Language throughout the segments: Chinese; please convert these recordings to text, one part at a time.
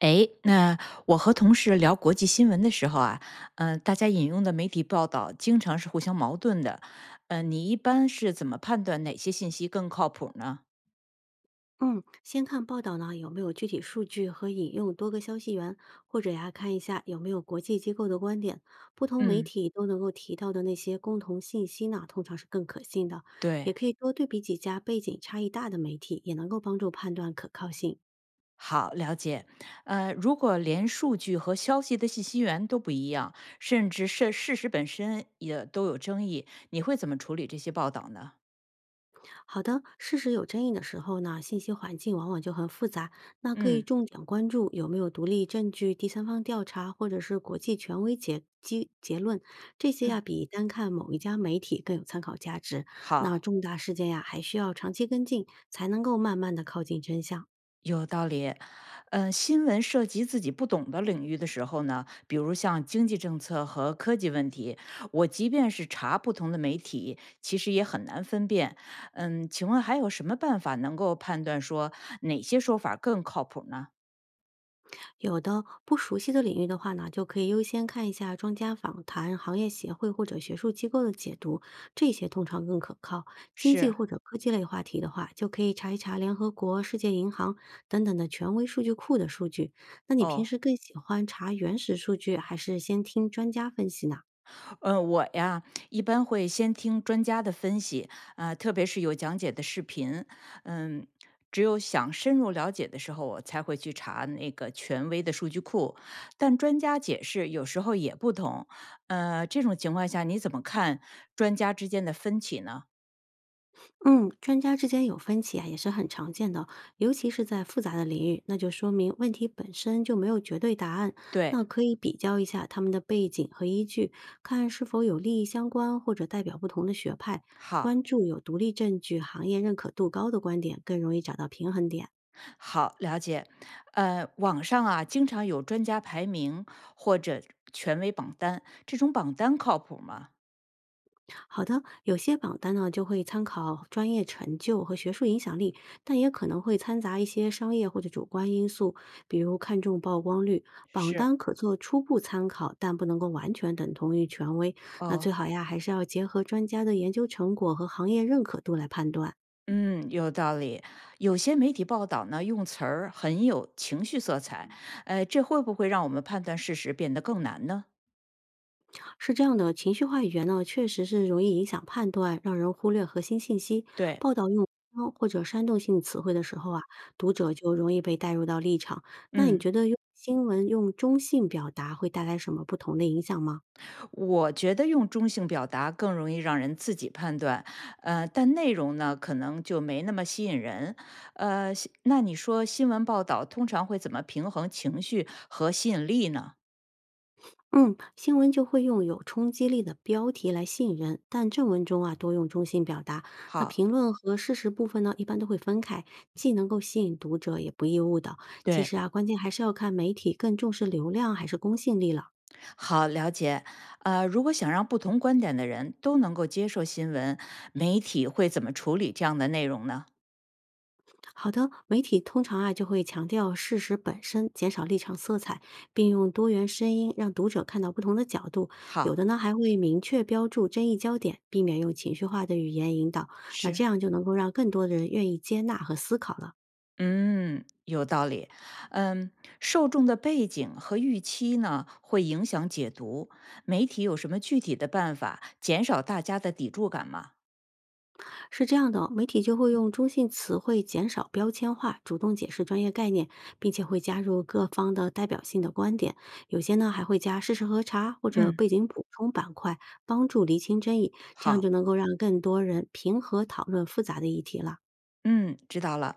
哎，那我和同事聊国际新闻的时候啊，大家引用的媒体报道经常是互相矛盾的。你一般是怎么判断哪些信息更靠谱呢？嗯，先看报道呢有没有具体数据和引用多个消息源，或者呀看一下有没有国际机构的观点，不同媒嗯，体都能够提到的那些共同信息呢，通常是更可信的。也对，可以多对比几家背景差异大的媒体，也能够帮助判断可靠性。好，了解。如果连数据和消息的信息源都不一样，甚至是事实本身也都有争议，你会怎么处理这些报道呢？好的，事实有争议的时候呢，信息环境往往就很复杂。那可以嗯重点关注有没有独立证据、第三方调查或者是国际权威结论，这些嗯，呀比单看某一家媒体更有参考价值。那好。重大事件呀，还需要长期跟进，才能够慢慢的靠近真相。有道理，嗯，新闻涉及自己不懂的领域的时候呢，比如像经济政策和科技问题，我即便是查不同的媒体，其实也很难分辨。嗯，请问还有什么办法能够判断说哪些说法更靠谱呢？有的不熟悉的领域的话呢，就可以优先看一下专家访谈、行业协会或者学术机构的解读，这些通常更可靠。经济是，或者科技类话题的话，就可以查一查联合国、世界银行等等的权威数据库的数据。那你平哦，时更喜欢查原始数据，还是先听专家分析呢？嗯，我呀，一般会先听专家的分析，特别是有讲解的视频，嗯，只有想深入了解的时候，我才会去查那个权威的数据库。但专家解释有时候也不同，这种情况下你怎么看专家之间的分歧呢？嗯，专家之间有分歧啊，也是很常见的，尤其是在复杂的领域，那就说明问题本身就没有绝对答案。对，那可以比较一下他们的背景和依据，看是否有利益相关或者代表不同的学派。好。关注有独立证据、行业认可度高的观点，更容易找到平衡点。好，了解。网上啊，经常有专家排名或者权威榜单，这种榜单靠谱吗？好的，有些榜单呢就会参考专业成就和学术影响力，但也可能会掺杂一些商业或者主观因素，比如看重曝光率。榜是，单可做初步参考，但不能够完全等同于权威。那哦，最好呀，还是要结合专家的研究成果和行业认可度来判断。嗯，有道理。有些媒体报道呢，用词儿很有情绪色彩，这会不会让我们判断事实变得更难呢？是这样的，情绪化语言呢，确实是容易影响判断，让人忽略核心信息。对，报道用夸张或者煽动性词汇的时候啊，读者就容易被带入到立场。那你嗯，觉得用新闻用中性表达会带来什么不同的影响吗？我觉得用中性表达更容易让人自己判断，但内容呢，可能就没那么吸引人。那你说新闻报道通常会怎么平衡情绪和吸引力呢？嗯，新闻就会用有冲击力的标题来吸引人，但正文中啊多用中性表达。那好，评论和事实部分呢，一般都会分开，既能够吸引读者，也不易误导。其对。实啊，关键还是要看媒体更重视流量还是公信力了。好，了解。如果想让不同观点的人都能够接受新闻，媒体会怎么处理这样的内容呢？好的，媒体通常啊就会强调事实本身，减少立场色彩，并用多元声音让读者看到不同的角度。有好，的呢还会明确标注争议焦点，避免用情绪化的语言引导。那是，这样就能够让更多的人愿意接纳和思考了。嗯，有道理。嗯，受众的背景和预期呢，会影响解读。媒体有什么具体的办法减少大家的抵触感吗？是这样的哦媒体就会用中性词汇减少标签化，主动解释专业概念，并且会加入各方的代表性的观点。有些呢还会加事实核查或者嗯，背景补充板块，帮助厘清争议，这样就好，能够让更多人平和讨论复杂的议题了。嗯，知道了。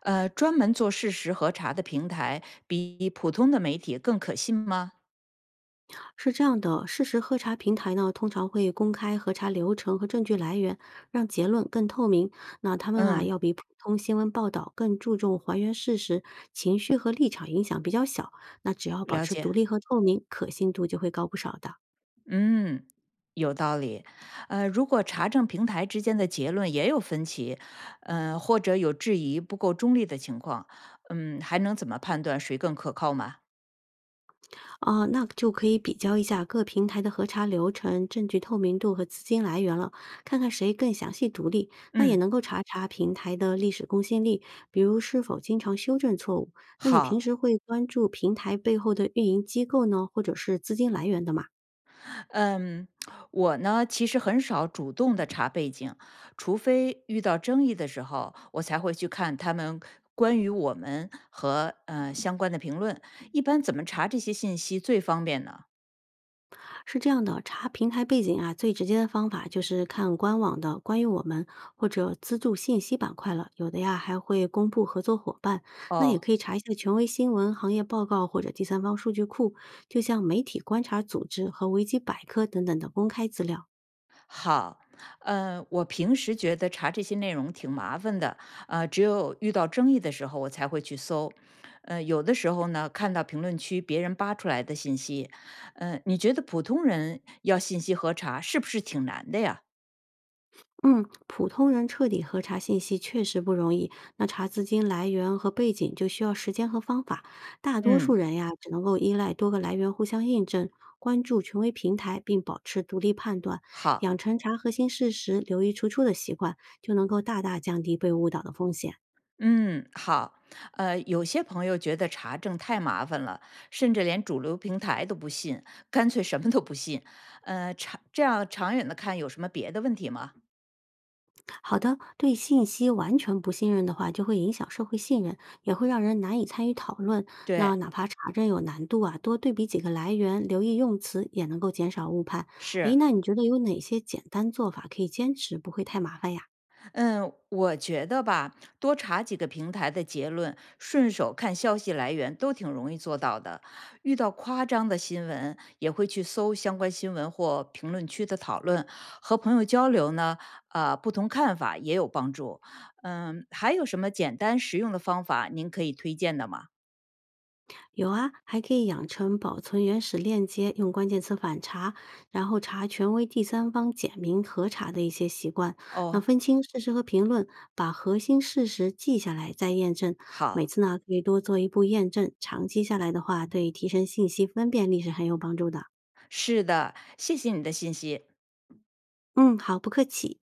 专门做事实核查的平台比普通的媒体更可信吗？是这样的，事实核查平台呢，通常会公开核查流程和证据来源，让结论更透明。那他们啊，嗯，要比普通新闻报道更注重还原事实，情绪和立场影响比较小。那只要保了持独解。立和透明，可信度就会高不少的。嗯，有道理。如果查证平台之间的结论也有分歧，或者有质疑不够中立的情况，嗯，还能怎么判断谁更可靠吗？啊，那就可以比较一下各平台的核查流程、证据透明度和资金来源了，看看谁更详细独立。那也嗯，能够查查平台的历史公信力，比如是否经常修正错误。那你平好，时会关注平台背后的运营机构呢，或者是资金来源的吗？嗯，我呢其实很少主动的查背景，除非遇到争议的时候，我才会去看他们关于我们和相关的评论。一般怎么查这些信息最方便呢？是这样的，查平台背景啊，最直接的方法就是看官网的关于我们或者资助信息板块了，有的呀还会公布合作伙伴。那也哦，可以查一下权威新闻、行业报告或者第三方数据库，就像媒体观察组织和维基百科等等的公开资料。好，我平时觉得查这些内容挺麻烦的，只有遇到争议的时候我才会去搜。有的时候呢，看到评论区别人扒出来的信息，你觉得普通人要信息核查是不是挺难的呀？嗯，普通人彻底核查信息确实不容易。那查资金来源和背景就需要时间和方法。大多数嗯，人呀，只能够依赖多个来源互相印证，关注权威平台，并保持独立判断，养好，成查核心事实、留意出处的习惯，就能够大大降低被误导的风险。嗯，好。有些朋友觉得查证太麻烦了，甚至连主流平台都不信，干脆什么都不信。呃，长这样长远的看，有什么别的问题吗？好的，对信息完全不信任的话，就会影响社会信任，也会让人难以参与讨论。那对，哪怕查证有难度啊，多对比几个来源，留意用词，也能够减少误判。诶，是，那你觉得有哪些简单做法可以坚持，不会太麻烦呀？嗯，我觉得吧，多查几个平台的结论，顺手看消息来源，都挺容易做到的。遇到夸张的新闻，也会去搜相关新闻或评论区的讨论，和朋友交流呢，不同看法也有帮助。嗯，还有什么简单实用的方法您可以推荐的吗？有啊，还可以养成保存原始链接、用关键词反查，然后查权威第三方简明核查的一些习惯。那哦，分清事实和评论，把核心事实记下来再验证。每好，次呢，可以多做一步验证，长期下来的话，对提升信息分辨力是很有帮助的。是的，谢谢你的信息。嗯，好，不客气。